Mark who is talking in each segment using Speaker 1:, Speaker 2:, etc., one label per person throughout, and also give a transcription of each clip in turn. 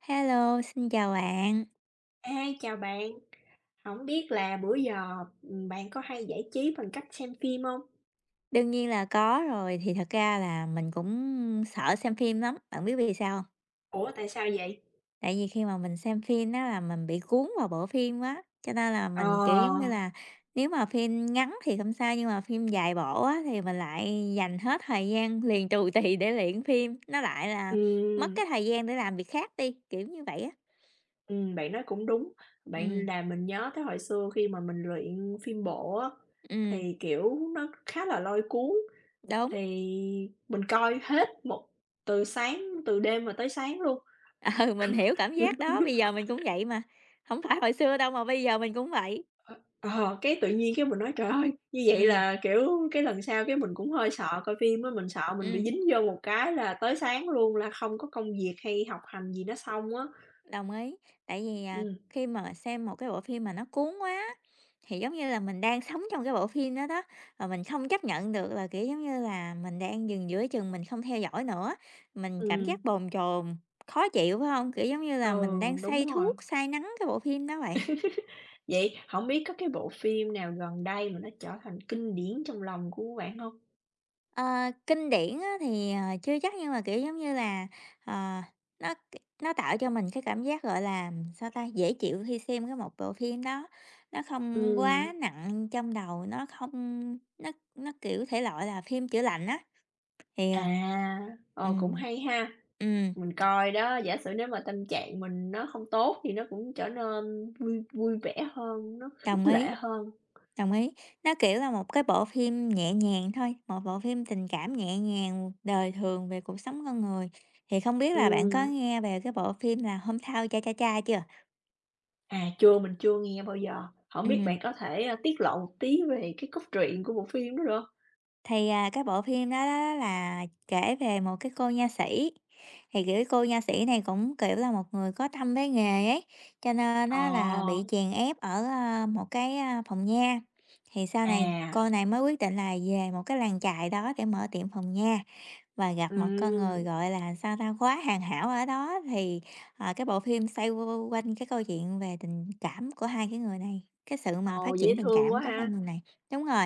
Speaker 1: Hello, xin chào bạn.
Speaker 2: À, chào bạn. Không biết là bữa giờ, bạn có hay giải trí bằng cách xem phim hông?
Speaker 1: Đương nhiên là có rồi, thì thật ra là mình cũng sợ xem phim lắm, bạn biết vì sao không?
Speaker 2: Ủa, tại sao vậy?
Speaker 1: Tại vì khi mà mình xem phim đó là mình bị cuốn vào bộ phim quá, cho nên là mình, kiểu, giống như
Speaker 2: Ờ,
Speaker 1: là, nếu mà phim ngắn thì không sao, nhưng mà phim dài bộ á thì mình lại dành hết thời gian liền tù tì để luyện phim, nó lại là mất
Speaker 2: ừm,
Speaker 1: cái thời gian để làm việc khác đi, kiểu như vậy á.
Speaker 2: bạn nói cũng đúng. Bạn
Speaker 1: Ừm,
Speaker 2: làm mình nhớ tới hồi xưa khi mà mình luyện phim bộ á,
Speaker 1: ừm,
Speaker 2: thì, kiểu, nó khá là lôi cuốn,
Speaker 1: đúng,
Speaker 2: thì mình coi hết một từ sáng từ đêm mà tới sáng luôn.
Speaker 1: ừ, mình hiểu cảm giác đó, bây giờ mình cũng vậy mà. Không phải hồi xưa đâu mà bây giờ mình cũng vậy.
Speaker 2: Ờ, cái tự nhiên cái mình nói, trời ơi, như vậy
Speaker 1: Ừ.
Speaker 2: là, kiểu, cái lần sau cái mình cũng hơi sợ coi phim á, mình sợ mình bị
Speaker 1: Ừm,
Speaker 2: dính vô một cái là tới sáng luôn là không có công việc hay học hành gì nó xong á.
Speaker 1: đồng ý. Tại vì,
Speaker 2: Ừm,
Speaker 1: khi mà xem một cái bộ phim mà nó cuốn quá, thì giống như là mình đang sống trong cái bộ phim đó đó, và mình không chấp nhận được là, kiểu, giống như là, mình đang dừng giữa chừng mình không theo dõi nữa, mình cảm
Speaker 2: ừm,
Speaker 1: giác bồn chồn, khó chịu, phải không? Kiểu, giống như
Speaker 2: ừ,
Speaker 1: là, mình đang say
Speaker 2: đúng rồi.
Speaker 1: thuốc, say nắng cái bộ phim đó vậy.
Speaker 2: Vậy không biết có cái bộ phim nào gần đây mà nó trở thành kinh điển trong lòng của bạn không?
Speaker 1: Ờ, kinh điển á thì, chưa chắc nhưng mà, kiểu, giống như là, ờ, nó nó tạo cho mình cái cảm giác, gọi là, sao ta, dễ chịu khi xem cái một bộ phim đó. Nó không
Speaker 2: Ừm,
Speaker 1: quá nặng trong đầu, nó không nó, kiểu, thể loại là phim chữa lành á, thì, ờ
Speaker 2: à, ờ, cũng
Speaker 1: ừm,
Speaker 2: hay ha.
Speaker 1: ừm,
Speaker 2: Mình coi đó, giả sử nếu mà tâm trạng mình nó không tốt thì nó cũng trở nên vui vui vẻ hơn, nó
Speaker 1: đồng
Speaker 2: khích
Speaker 1: ý.
Speaker 2: lệ hơn.
Speaker 1: Đồng ý, nó, kiểu, là một cái bộ phim nhẹ nhàng thôi, một bộ phim tình cảm nhẹ nhàng, đời thường về cuộc sống con người. Thì không biết là bạn có
Speaker 2: Ừm.
Speaker 1: nghe về cái bộ phim là "Hôm Sau Cha Cha Cha" chưa?
Speaker 2: À, chưa, mình chưa nghe bao giờ. Không biết
Speaker 1: Ừm,
Speaker 2: bạn có thể, tiết lộ một tí về cái cốt truyện của bộ phim đó được hông?
Speaker 1: thì, cái bộ phim đó đó là kể về một cái cô nha sĩ, thì, kiểu, cô nha sĩ này cũng, kiểu, là một người có tâm với nghề ấy, cho nên á là
Speaker 2: Ờ,
Speaker 1: bị chèn ép ở, một cái, phòng nha. Thì sau này
Speaker 2: à,
Speaker 1: cô này mới quyết định là về một cái làng chài đó để mở tiệm phòng nha. Và gặp một con
Speaker 2: ừm,
Speaker 1: người, gọi là, sao ta, quá hoàn hảo ở đó thì, ờ, cái bộ phim xoay quanh cái câu chuyện về tình cảm của hai cái người này, cái sự mà
Speaker 2: ồ,
Speaker 1: phát
Speaker 2: dễ
Speaker 1: triển tình
Speaker 2: thương
Speaker 1: cảm
Speaker 2: quá
Speaker 1: của hai
Speaker 2: ha.
Speaker 1: người này. Đúng rồi,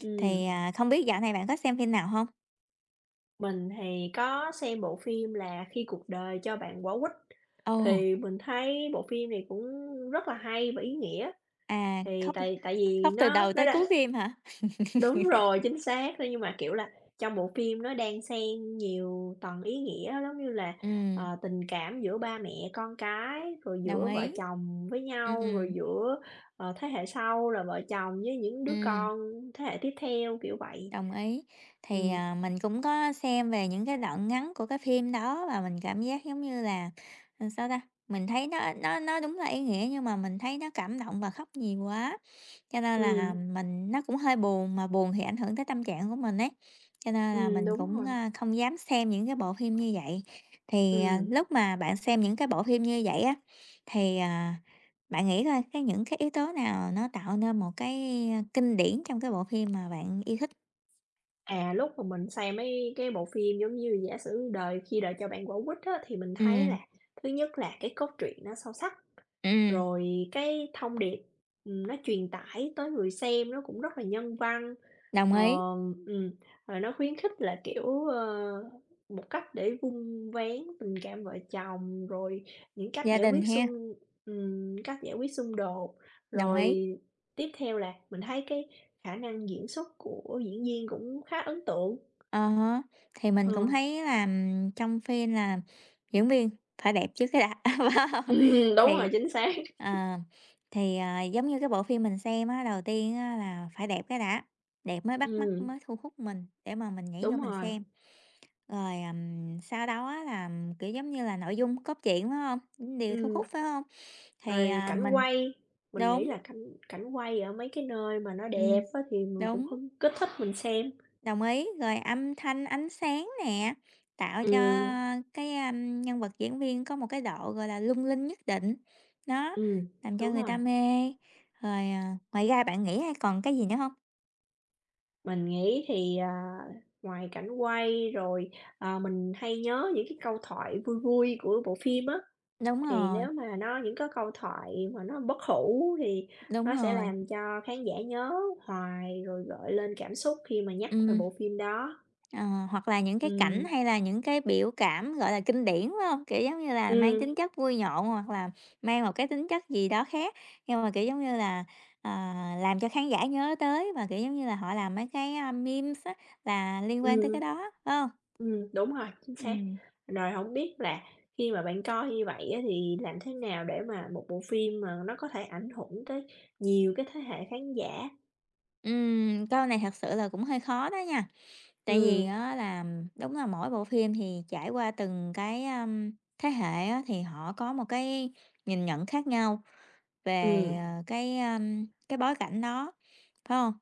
Speaker 2: Ừm,
Speaker 1: thì, không biết dạo này bạn có xem phim nào không?
Speaker 2: mình thì có xem bộ phim là Khi cuộc đời cho bạn quả quýt,
Speaker 1: Ồ,
Speaker 2: thì mình thấy bộ phim này cũng rất là hay và ý nghĩa.
Speaker 1: à,
Speaker 2: Thì
Speaker 1: khóc
Speaker 2: tại tại vì
Speaker 1: khóc từ
Speaker 2: nó
Speaker 1: đầu
Speaker 2: nó
Speaker 1: tới cuối
Speaker 2: đã
Speaker 1: phim hả?
Speaker 2: đúng rồi, chính xác. Thế nhưng mà, kiểu là, trong bộ phim nó đan xen nhiều tầng ý nghĩa, giống như là,
Speaker 1: Ừm,
Speaker 2: tình cảm giữa ba mẹ con cái, rồi
Speaker 1: đồng
Speaker 2: giữa vợ
Speaker 1: ý.
Speaker 2: chồng với nhau, rồi
Speaker 1: Ừm,
Speaker 2: giữa, thế hệ sau là vợ chồng với những đứa
Speaker 1: ừm.
Speaker 2: con thế hệ tiếp theo, kiểu vậy.
Speaker 1: Đồng ý. Thì,
Speaker 2: Ừm,
Speaker 1: mình cũng có xem về những cái đoạn ngắn của cái phim đó và mình cảm giác giống như là, sao ta, mình thấy nó đúng là ý nghĩa nhưng mà mình thấy nó cảm động và khóc nhiều quá, cho nên
Speaker 2: ừm,
Speaker 1: là mình nó cũng hơi buồn, mà buồn thì ảnh hưởng tới tâm trạng của mình ấy, cho nên là mình
Speaker 2: đúng
Speaker 1: cũng,
Speaker 2: rồi.
Speaker 1: không dám xem những cái bộ phim như vậy. Thì,
Speaker 2: Ừm,
Speaker 1: lúc mà bạn xem những cái bộ phim như vậy á, thì, bạn nghĩ coi cái những cái yếu tố nào nó tạo nên một cái, kinh điển trong cái bộ phim mà bạn yêu thích?
Speaker 2: à, lúc mà mình xem mấy cái bộ phim, giống như, giả sử "Đời Khi Đời Cho Bạn Quả Quýt" á, thì mình thấy
Speaker 1: Ừm,
Speaker 2: là thứ nhất là cái cốt truyện nó sâu sắc.
Speaker 1: ừm,
Speaker 2: Rồi cái thông điệp, nó truyền tải tới người xem nó cũng rất là nhân văn,
Speaker 1: đồng
Speaker 2: ờ,
Speaker 1: ý,
Speaker 2: ừm, rồi nó khuyến khích là, kiểu, một cách để vun vén tình cảm vợ chồng, rồi những cách
Speaker 1: gia
Speaker 2: giải
Speaker 1: đình
Speaker 2: quyết
Speaker 1: ha,
Speaker 2: xung đột.
Speaker 1: đồng
Speaker 2: Rồi
Speaker 1: ý.
Speaker 2: tiếp theo là mình thấy cái khả năng diễn xuất của diễn viên cũng khá ấn tượng.
Speaker 1: Ờ hả, thì
Speaker 2: Ờ,
Speaker 1: mình cũng thấy là, trong phim là diễn viên phải đẹp trước cái đã, phải hông?
Speaker 2: đúng
Speaker 1: Thì
Speaker 2: rồi, chính xác.
Speaker 1: ờ, thì, giống như cái bộ phim mình xem á, đầu tiên á là phải đẹp cái đã, đẹp mới bắt mắt,
Speaker 2: Ừm,
Speaker 1: mới thu hút mình để mà mình nhảy vô
Speaker 2: đúng
Speaker 1: mình
Speaker 2: rồi,
Speaker 1: xem. Rồi, sau đó á là, kiểu, giống như là, nội dung, cốt truyện, phải không? Điều thu
Speaker 2: ừm.
Speaker 1: hút, phải không? Thì,
Speaker 2: Rồi cảnh
Speaker 1: mình
Speaker 2: quay, mình nghĩ
Speaker 1: đúng,
Speaker 2: là cảnh cảnh quay ở mấy cái nơi mà nó
Speaker 1: ừm,
Speaker 2: đẹp á thì mình cũng
Speaker 1: đúng.
Speaker 2: hứng kích thích mình xem.
Speaker 1: Đồng ý, rồi âm thanh, ánh sáng nè, tạo cho
Speaker 2: Ừm,
Speaker 1: cái, nhân vật diễn viên có một cái độ, gọi là, lung linh nhất định, nó
Speaker 2: ừm,
Speaker 1: làm cho
Speaker 2: đúng
Speaker 1: người ta
Speaker 2: rồi.
Speaker 1: mê. Rồi, ngoài ra bạn nghĩ hay còn cái gì nữa không?
Speaker 2: Mình nghĩ thì, ngoài cảnh quay rồi, mình hay nhớ những cái câu thoại vui vui của bộ phim á,
Speaker 1: Đúng
Speaker 2: thì
Speaker 1: rồi,
Speaker 2: nếu mà nó những cái câu thoại mà nó bất hủ thì
Speaker 1: đúng
Speaker 2: nó sẽ
Speaker 1: rồi,
Speaker 2: làm cho khán giả nhớ hoài, rồi gợi lên cảm xúc khi mà nhắc về
Speaker 1: ừm.
Speaker 2: bộ phim đó.
Speaker 1: Ờ, hoặc là những cái cảnh
Speaker 2: Ừm,
Speaker 1: hay là những cái biểu cảm, gọi là, kinh điển, phải hông? Kiểu, giống như là, mang
Speaker 2: ừm,
Speaker 1: tính chất vui nhộn hoặc là mang một cái tính chất gì đó khác, nhưng mà, kiểu, giống như là, ờ, làm cho khán giả nhớ tới và, kiểu, giống như là, họ làm mấy cái, memes á, là liên quan tới cái
Speaker 2: ừm.
Speaker 1: đó, phải hông?
Speaker 2: Đúng rồi, chính xác.
Speaker 1: Ừm,
Speaker 2: Rồi không biết là khi mà bạn coi như vậy á, thì làm thế nào để mà một bộ phim mà nó có thể ảnh hưởng tới nhiều cái thế hệ khán giả?
Speaker 1: câu này thật sự là cũng hơi khó đó nha, tại
Speaker 2: Ừm,
Speaker 1: vì á là đúng là mỗi bộ phim thì trải qua từng cái, thế hệ á, thì họ có một cái nhìn nhận khác nhau. Về,
Speaker 2: ừm,
Speaker 1: ờ, cái bối cảnh đó, phải không?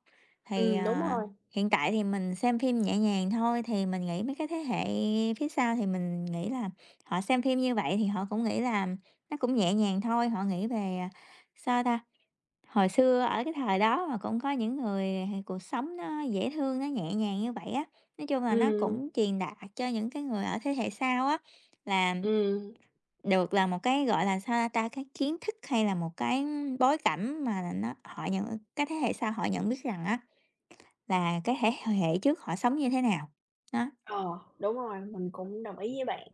Speaker 1: Thì,
Speaker 2: đúng
Speaker 1: ờ,
Speaker 2: rồi,
Speaker 1: hiện tại thì mình xem phim nhẹ nhàng thôi, thì mình nghĩ mấy cái thế hệ phía sau thì mình nghĩ là họ xem phim như vậy thì họ cũng nghĩ là nó cũng nhẹ nhàng thôi, họ nghĩ về, sao ta, hồi xưa ở cái thời đó mà cũng có những người h cuộc sống nó dễ thương, nó nhẹ nhàng như vậy á. Nói chung là nó
Speaker 2: ừm,
Speaker 1: cũng truyền đạt cho những cái người ở thế hệ sau á là
Speaker 2: ừm.
Speaker 1: được là một cái, gọi là, sao ta, cái kiến thức hay là một cái bối cảnh mà nó họ nhận cái thế hệ sau họ nhận biết rằng á, là cái thế hệ trước họ sống như thế nào. Đó,
Speaker 2: Ờ, đúng rồi, mình cũng đồng ý với bạn.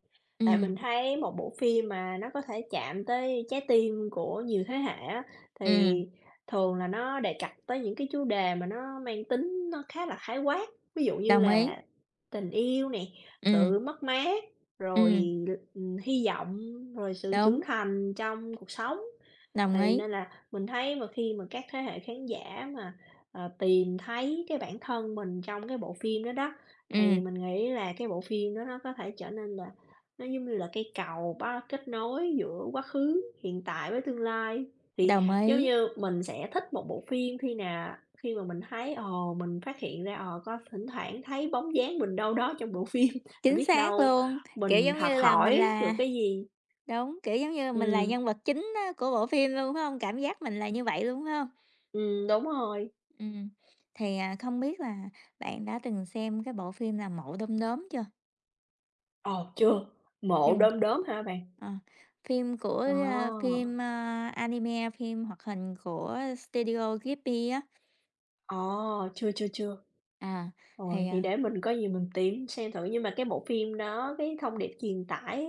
Speaker 2: Tại
Speaker 1: ừm,
Speaker 2: mình thấy một bộ phim mà nó có thể chạm tới trái tim của nhiều thế hệ á, thì
Speaker 1: ừm,
Speaker 2: thường là nó đề cập tới những cái chủ đề mà nó mang tính nó khá là khái quát. Ví dụ như
Speaker 1: đồng ý,
Speaker 2: là tình yêu nè,
Speaker 1: ừm,
Speaker 2: sự mất mát, rồi,
Speaker 1: ừm,
Speaker 2: hy vọng, rồi sự trưởng
Speaker 1: đúng,
Speaker 2: thành trong cuộc sống.
Speaker 1: đồng
Speaker 2: Thì
Speaker 1: ý,
Speaker 2: nên là mình thấy mà khi mà các thế hệ khán giả mà, tìm thấy cái bản thân mình trong cái bộ phim đó đó, thì
Speaker 1: ừm,
Speaker 2: mình nghĩ là cái bộ phim đó nó có thể trở nên là nó giống như là cây cầu bá kết nối giữa quá khứ, hiện tại với tương lai. Thì
Speaker 1: đồng
Speaker 2: giống
Speaker 1: ý,
Speaker 2: như mình sẽ thích một bộ phim khi mà mình thấy, ồ, mình phát hiện ra, ồ có thỉnh thoảng thấy bóng dáng mình đâu đó trong bộ phim, và
Speaker 1: chính
Speaker 2: biết
Speaker 1: xác
Speaker 2: đâu
Speaker 1: luôn, kiểu,
Speaker 2: mình
Speaker 1: giống
Speaker 2: học
Speaker 1: như là, mình
Speaker 2: hỏi
Speaker 1: là
Speaker 2: được cái gì.
Speaker 1: đúng, kiểu, giống như mình là
Speaker 2: Ừm,
Speaker 1: nhân vật chính á của bộ phim luôn, phải hông? Cảm giác mình là như vậy luôn, phải hông?
Speaker 2: đúng rồi.
Speaker 1: Ừm, thì, không biết là bạn đã từng xem cái bộ phim là Mộ Đom Đóm chưa?
Speaker 2: Ờ, chưa. Mộ
Speaker 1: Chưa.
Speaker 2: Đom Đóm hả bạn?
Speaker 1: À, phim của,
Speaker 2: Ờ,
Speaker 1: phim, anime, phim hoạt hình của Studio Ghibli á,
Speaker 2: ờ, chưa, chưa, chưa.
Speaker 1: à, thì,
Speaker 2: Rồi, vậy để mình có gì mình tìm xem thử, nhưng mà cái bộ phim đó, cái thông điệp truyền tải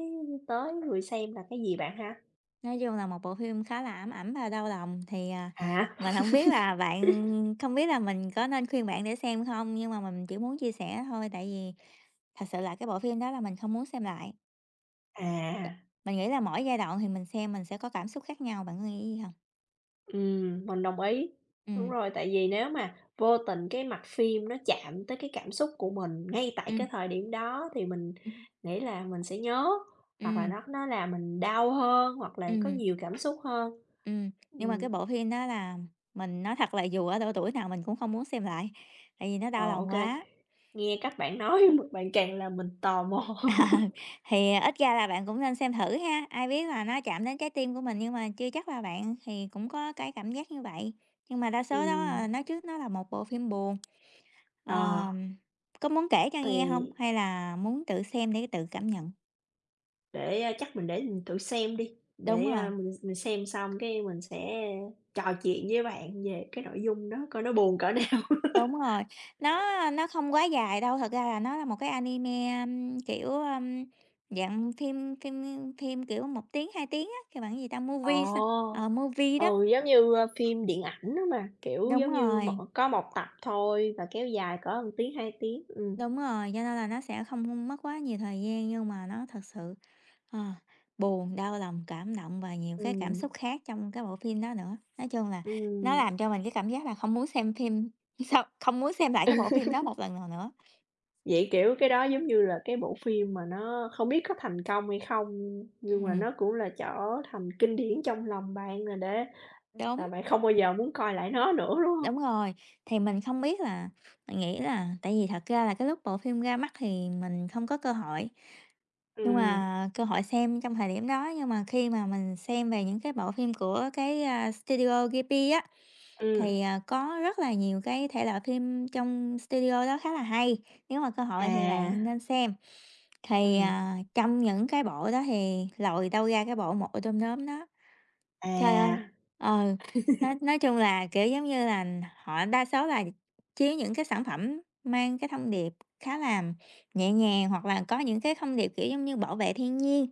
Speaker 2: tới người xem là cái gì bạn ha?
Speaker 1: nói chung là một bộ phim khá là ám ảnh và đau lòng. Thì,
Speaker 2: Hả?
Speaker 1: mình không biết là bạn không biết là mình có nên khuyên bạn để xem không? Nhưng mà mình chỉ muốn chia sẻ thôi, tại vì thật sự là cái bộ phim đó là mình không muốn xem lại. B
Speaker 2: À,
Speaker 1: mình nghĩ là mỗi giai đoạn thì mình xem mình sẽ có cảm xúc khác nhau, bạn có nghĩ gì không?
Speaker 2: mình đồng ý. Đúng
Speaker 1: Ừ,
Speaker 2: rồi, tại vì nếu mà vô tình cái mặt phim nó chạm tới cái cảm xúc của mình ngay tại
Speaker 1: ừ,
Speaker 2: cái thời điểm đó thì mình
Speaker 1: ừ,
Speaker 2: nghĩ là mình sẽ nhớ,
Speaker 1: ừ,
Speaker 2: hoặc là nó làm mình đau hơn, hoặc là có
Speaker 1: ừm.
Speaker 2: nhiều cảm xúc hơn.
Speaker 1: Ừm, nhưng mà cái
Speaker 2: Ừm.
Speaker 1: bộ phim đó là mình nói thật là dù ở độ tuổi nào mình cũng không muốn xem lại, tại vì nó đau
Speaker 2: Ờ,
Speaker 1: lòng
Speaker 2: ok.
Speaker 1: quá.
Speaker 2: Nghe các bạn nói bạn càng làm mình tò mò.
Speaker 1: Thì à, ít ra là bạn cũng nên xem thử ha, ai biết là nó chạm đến trái tim của mình nhưng mà chưa chắc là bạn thì cũng có cái cảm giác như vậy. Nhưng mà đa số đó
Speaker 2: Ừm,
Speaker 1: là nói trước nó là một bộ phim buồn,
Speaker 2: ờ,
Speaker 1: ờm, có muốn kể cho nghe không?
Speaker 2: thì
Speaker 1: Hay là muốn tự xem để tự cảm nhận?
Speaker 2: chắc mình để mình thử xem đi,
Speaker 1: Đúng
Speaker 2: để,
Speaker 1: rồi.
Speaker 2: a, mình xem xong cái mình sẽ trò chuyện với bạn về cái nội dung đó coi nó buồn cỡ nào.
Speaker 1: Đúng rồi, nó nó không quá dài đâu, thật ra là nó là một cái anime, ưm, kiểu, ưm, dạng phim phim phim, kiểu, một tiếng, 2 tiếng á, kêu bằng gì ta, movie sao
Speaker 2: Ồ,
Speaker 1: ờ, movie đó.
Speaker 2: ừ, giống như, phim điện ảnh đó mà, kiểu,
Speaker 1: Đúng
Speaker 2: giống như,
Speaker 1: rồi,
Speaker 2: có một tập thôi và kéo dài cỡ một tiếng, 2 tiếng.
Speaker 1: đúng rồi, cho nên là nó sẽ không mất quá nhiều thời gian nhưng mà nó thật sự, ờ, buồn, đau lòng, cảm động và nhiều cái cảm
Speaker 2: Ừm,
Speaker 1: xúc khác trong cái bộ phim đó nữa. Nói chung là nó
Speaker 2: ừm.
Speaker 1: làm cho mình cái cảm giác là không muốn xem phim sau không muốn xem lại cái bộ phim đó một lần nào nữa.
Speaker 2: Vậy, kiểu, cái đó giống như là cái bộ phim mà nó không biết có thành công hay không, nhưng mà
Speaker 1: Ừm,
Speaker 2: nó cũng là trở thành kinh điển trong lòng bạn rồi để là
Speaker 1: đúng.
Speaker 2: bạn không bao giờ muốn coi lại nó nữa, đúng hông?
Speaker 1: Đúng rồi, thì mình không biết là mình nghĩ là tại vì thật ra là cái lúc bộ phim ra mắt thì mình không có cơ hội, nhưng
Speaker 2: Ừm,
Speaker 1: mà cơ hội xem trong thời điểm đó, nhưng mà khi mà mình xem về những cái bộ phim của cái, Studio Ghibli á,
Speaker 2: ừm,
Speaker 1: thì, có rất là nhiều cái thể loại phim trong studio đó khá là hay, nếu mà cơ hội thì
Speaker 2: à,
Speaker 1: bạn nên xem. Thì,
Speaker 2: ừm,
Speaker 1: trong những cái bộ đó thì lòi đâu ra cái bộ "Một ổ đom đóm" đó. Trời ơi!
Speaker 2: à,
Speaker 1: Ừ, nói chung là, kiểu, giống như là, họ đa số là chiếu những cái sản phẩm mang cái thông điệp khá là nhẹ nhàng, hoặc là có những cái thông điệp, kiểu, giống như bảo vệ thiên nhiên,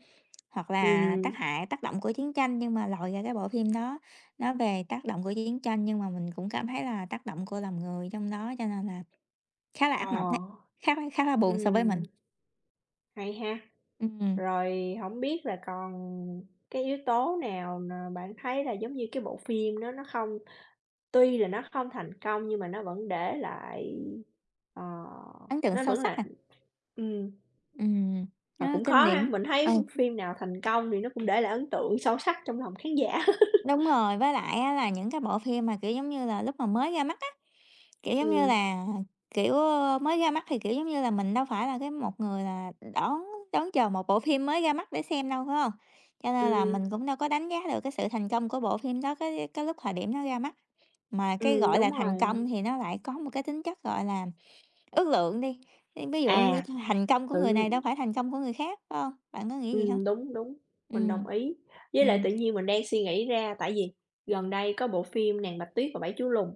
Speaker 1: hoặc là
Speaker 2: ừm,
Speaker 1: tác hại tác động của chiến tranh, nhưng mà lòi ra cái bộ phim đó nói về tác động của chiến tranh, nhưng mà mình cũng cảm thấy là tác động của lòng người trong đó, cho nên là khá là
Speaker 2: ờ,
Speaker 1: ác mộng đấy, khá là buồn so với mình.
Speaker 2: ừm, hay ha.
Speaker 1: Ừm,
Speaker 2: Rồi hổng biết là còn cái yếu tố nào nà bạn thấy là giống như cái bộ phim đó nó không, tuy là nó không thành công nhưng mà nó vẫn để lại, ờ,
Speaker 1: ấn tượng
Speaker 2: nó
Speaker 1: sâu
Speaker 2: vẫn
Speaker 1: sắc à,
Speaker 2: là ừm.
Speaker 1: ừm,
Speaker 2: Và
Speaker 1: nó
Speaker 2: cũng
Speaker 1: kinh
Speaker 2: khó ha,
Speaker 1: điển.
Speaker 2: mình
Speaker 1: Ừ.
Speaker 2: thấy phim nào thành công thì nó cũng để lại ấn tượng sâu sắc trong lòng khán giả.
Speaker 1: Đúng rồi, với lại á là những cái bộ phim mà, kiểu, giống như là, lúc mà mới ra mắt á, kiểu, giống như
Speaker 2: Ừm,
Speaker 1: là, kiểu, mới ra mắt thì, kiểu, giống như là, mình đâu phải là cái một người là đón đón chờ một bộ phim mới ra mắt để xem đâu, phải không? Cho nên là
Speaker 2: ừm,
Speaker 1: mình cũng đâu có đánh giá được cái sự thành công của bộ phim đó cái lúc thời điểm nó ra mắt, mà cái, gọi là,
Speaker 2: đúng
Speaker 1: thành
Speaker 2: rồi.
Speaker 1: công thì nó lại có một cái tính chất, gọi là, ước lượng đi, ví ví dụ như
Speaker 2: À,
Speaker 1: thành công của
Speaker 2: tự
Speaker 1: người này đâu phải thành công của người khác, phải hông? Bạn có nghĩ gì không?
Speaker 2: ừm, đúng, đúng,
Speaker 1: Ừ,
Speaker 2: mình đồng ý. Với lại
Speaker 1: ừm,
Speaker 2: tự nhiên mình đang suy nghĩ ra, tại vì gần đây có bộ phim "Nàng Bạch Tuyết và Bảy Chú Lùn",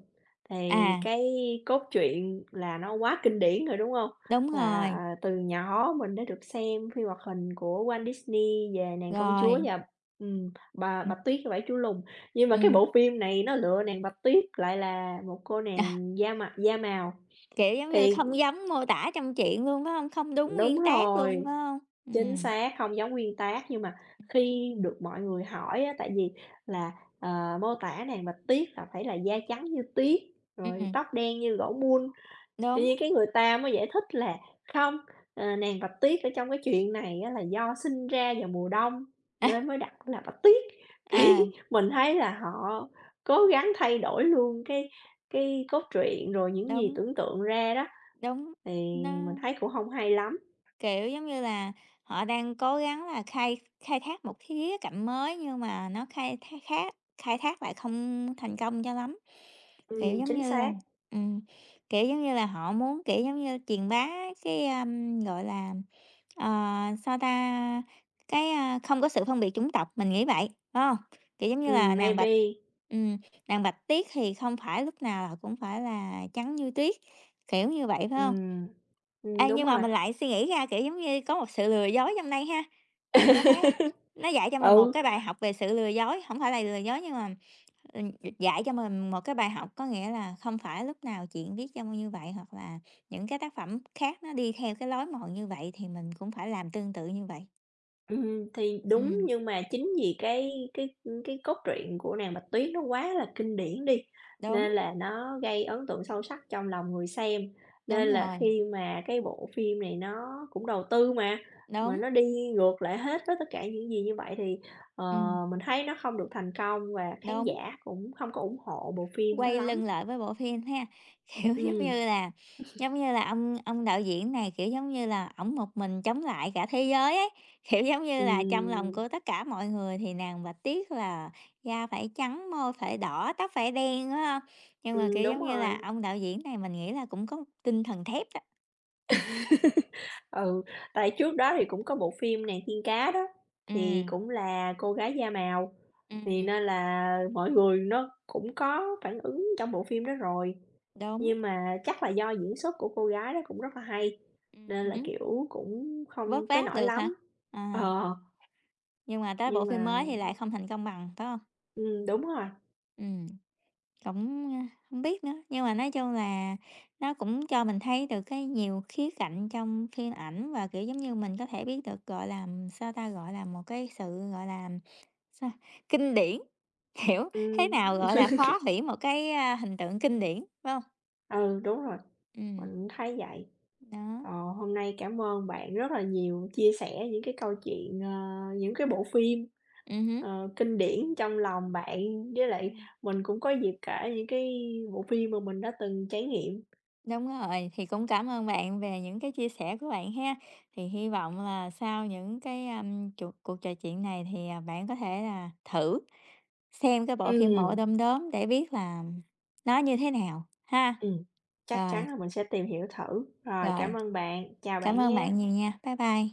Speaker 2: thì
Speaker 1: à,
Speaker 2: cái cốt truyện là nó quá kinh điển rồi, đúng không?
Speaker 1: đúng
Speaker 2: Là,
Speaker 1: rồi.
Speaker 2: từ nhỏ mình đã được xem phim hoạt hình của Walt Disney về nàng công chúa
Speaker 1: Rồi,
Speaker 2: và, bà
Speaker 1: ừm,
Speaker 2: Bạch Tuyết và Bảy Chú Lùn. Nhưng mà cái
Speaker 1: ừm,
Speaker 2: bộ phim này nó lựa nàng Bạch Tuyết lại là một cô
Speaker 1: à,
Speaker 2: nàng da màu,
Speaker 1: kiểu, giống như
Speaker 2: thì
Speaker 1: không giống mô tả trong truyện luôn, phải hông? Không đúng
Speaker 2: đúng
Speaker 1: nguyên tác luôn,
Speaker 2: rồi.
Speaker 1: phải hông?
Speaker 2: Chính
Speaker 1: Ừm,
Speaker 2: xác, không giống nguyên tác nhưng mà khi được mọi người hỏi á, tại vì là, mô tả nàng Bạch Tuyết là phải là da trắng như tuyết, rồi
Speaker 1: ừm,
Speaker 2: tóc đen như gỗ mun, tự
Speaker 1: đúng,
Speaker 2: nhiên cái người ta mới giải thích là không, nàng Bạch Tuyết ở trong cái chuyện này á, là do sinh ra vào mùa đông nên mới đặt là Bạch Tuyết. Cái
Speaker 1: à,
Speaker 2: mình thấy là họ cố gắng thay đổi luôn cái cốt truyện, rồi những gì
Speaker 1: đúng,
Speaker 2: tưởng tượng ra đó,
Speaker 1: đúng,
Speaker 2: thì mình
Speaker 1: nó,
Speaker 2: thấy cũng không hay lắm.
Speaker 1: kiểu, giống như là, họ đang cố gắng là khai khai thác một khía cạnh mới nhưng mà nó khai thác khác khai thác lại không thành công cho lắm. Kiểu, giống
Speaker 2: Chính
Speaker 1: như là
Speaker 2: xác.
Speaker 1: ừm, kiểu, giống như là, họ muốn, kiểu, giống như, truyền bá cái, a, gọi là, ờ, sao ta, cái, a, không có sự phân biệt chủng tộc, mình nghĩ vậy, phải không? Kiểu, giống như là, nàng bạch
Speaker 2: Maybe,
Speaker 1: ừm, nàng Bạch Tuyết thì không phải lúc nào là cũng phải là trắng như tuyết, kiểu như vậy, phải không?
Speaker 2: ừm,
Speaker 1: Ê,
Speaker 2: đúng
Speaker 1: nhưng mà
Speaker 2: rồi,
Speaker 1: mình lại suy nghĩ ra, kiểu, giống như có một sự lừa dối trong đây ha, bạn có thấy không? Nó dạy cho mình một
Speaker 2: ừ,
Speaker 1: cái bài học về sự lừa dối, không phải là lừa dối nhưng mà, ừm, dạy cho mình một cái bài học, có nghĩa là không phải lúc nào chuyện viết trong như vậy, hoặc là những cái tác phẩm khác nó đi theo cái lối mòn như vậy thì mình cũng phải làm tương tự như vậy.
Speaker 2: thì đúng
Speaker 1: Ừm,
Speaker 2: nhưng mà chính vì cái cốt truyện của Nàng Bạch Tuyết nó quá là kinh điển đi,
Speaker 1: đúng,
Speaker 2: nên là nó gây ấn tượng sâu sắc trong lòng người xem,
Speaker 1: đúng
Speaker 2: nên là
Speaker 1: rồi,
Speaker 2: khi mà cái bộ phim này nó cũng đầu tư mà
Speaker 1: đúng,
Speaker 2: nó đi ngược lại hết với tất cả những gì như vậy thì, ờ,
Speaker 1: ừm,
Speaker 2: mình thấy nó không được thành công và khán
Speaker 1: đúng.
Speaker 2: giả cũng không có ủng hộ bộ phim đó
Speaker 1: Quay
Speaker 2: lắm.
Speaker 1: lưng lại với bộ phim ha, kiểu,
Speaker 2: Ừm,
Speaker 1: giống như là ông đạo diễn này, kiểu, giống như là, ổng một mình chống lại cả thế giới ấy, kiểu, giống như là, trong lòng
Speaker 2: ừm,
Speaker 1: của tất cả mọi người thì nàng Bạch Tuyết là da phải trắng, môi phải đỏ, tóc phải đen, đúng không? Nhưng mà, kiểu,
Speaker 2: đúng
Speaker 1: giống như là,
Speaker 2: rồi.
Speaker 1: ông đạo diễn này mình nghĩ là cũng có tinh thần thép đó.
Speaker 2: Ừ, tại trước đó thì cũng có bộ phim Nàng tiên cá đó, thì
Speaker 1: Ừm,
Speaker 2: cũng là cô gái da màu, thì
Speaker 1: ừm,
Speaker 2: nên là mọi người nó cũng có phản ứng trong bộ phim đó rồi.
Speaker 1: đúng,
Speaker 2: Nhưng mà chắc là do diễn xuất của cô gái đó cũng rất là hay, nên là,
Speaker 1: hứm,
Speaker 2: kiểu, cũng
Speaker 1: vớt
Speaker 2: không tới
Speaker 1: vát
Speaker 2: nỗi
Speaker 1: được hả?
Speaker 2: lắm.
Speaker 1: À,
Speaker 2: Ờ,
Speaker 1: nhưng mà tới bộ
Speaker 2: nhưng
Speaker 1: phim
Speaker 2: mà
Speaker 1: mới thì lại không thành công bằng, phải không?
Speaker 2: đúng rồi,
Speaker 1: Ừm. Cũng, a, hông biết nữa, nhưng mà nói chung là nó cũng cho mình thấy được cái nhiều khía cạnh trong phim ảnh và, kiểu, giống như, mình có thể biết được, gọi là, sao ta, gọi là, một cái sự, gọi là, sao, kinh điển, hiểu, thế nào
Speaker 2: ừm,
Speaker 1: gọi là phá hủy một cái, a, hình tượng kinh điển, phải hông?
Speaker 2: ừ, đúng rồi,
Speaker 1: Ừm,
Speaker 2: mình thấy vậy.
Speaker 1: đó,
Speaker 2: Ờ, hôm nay cảm ơn bạn rất là nhiều, chia sẻ những cái câu chuyện, những cái bộ phim
Speaker 1: hứm.
Speaker 2: Kinh điển trong lòng bạn, với lại
Speaker 1: Ừm.
Speaker 2: mình cũng có dịp kể những cái bộ phim mà mình đã từng trải nghiệm.
Speaker 1: Đúng rồi, thì cũng cảm ơn bạn về những cái chia sẻ của bạn ha. Thì hy vọng là sau những cái, a, chuột cuộc trò chuyện này thì, à, bạn có thể là thử xem cái bộ phim Mộ
Speaker 2: Ừm,
Speaker 1: Đom Đóm để biết là nó như thế nào ha.
Speaker 2: ừm. Chắc
Speaker 1: Rồi,
Speaker 2: chắn là mình sẽ tìm hiểu thử. Rồi, cảm
Speaker 1: rồi,
Speaker 2: ơn bạn, chào
Speaker 1: cảm
Speaker 2: bạn
Speaker 1: ơn
Speaker 2: nha.
Speaker 1: bạn nhiều nha. Bye bye.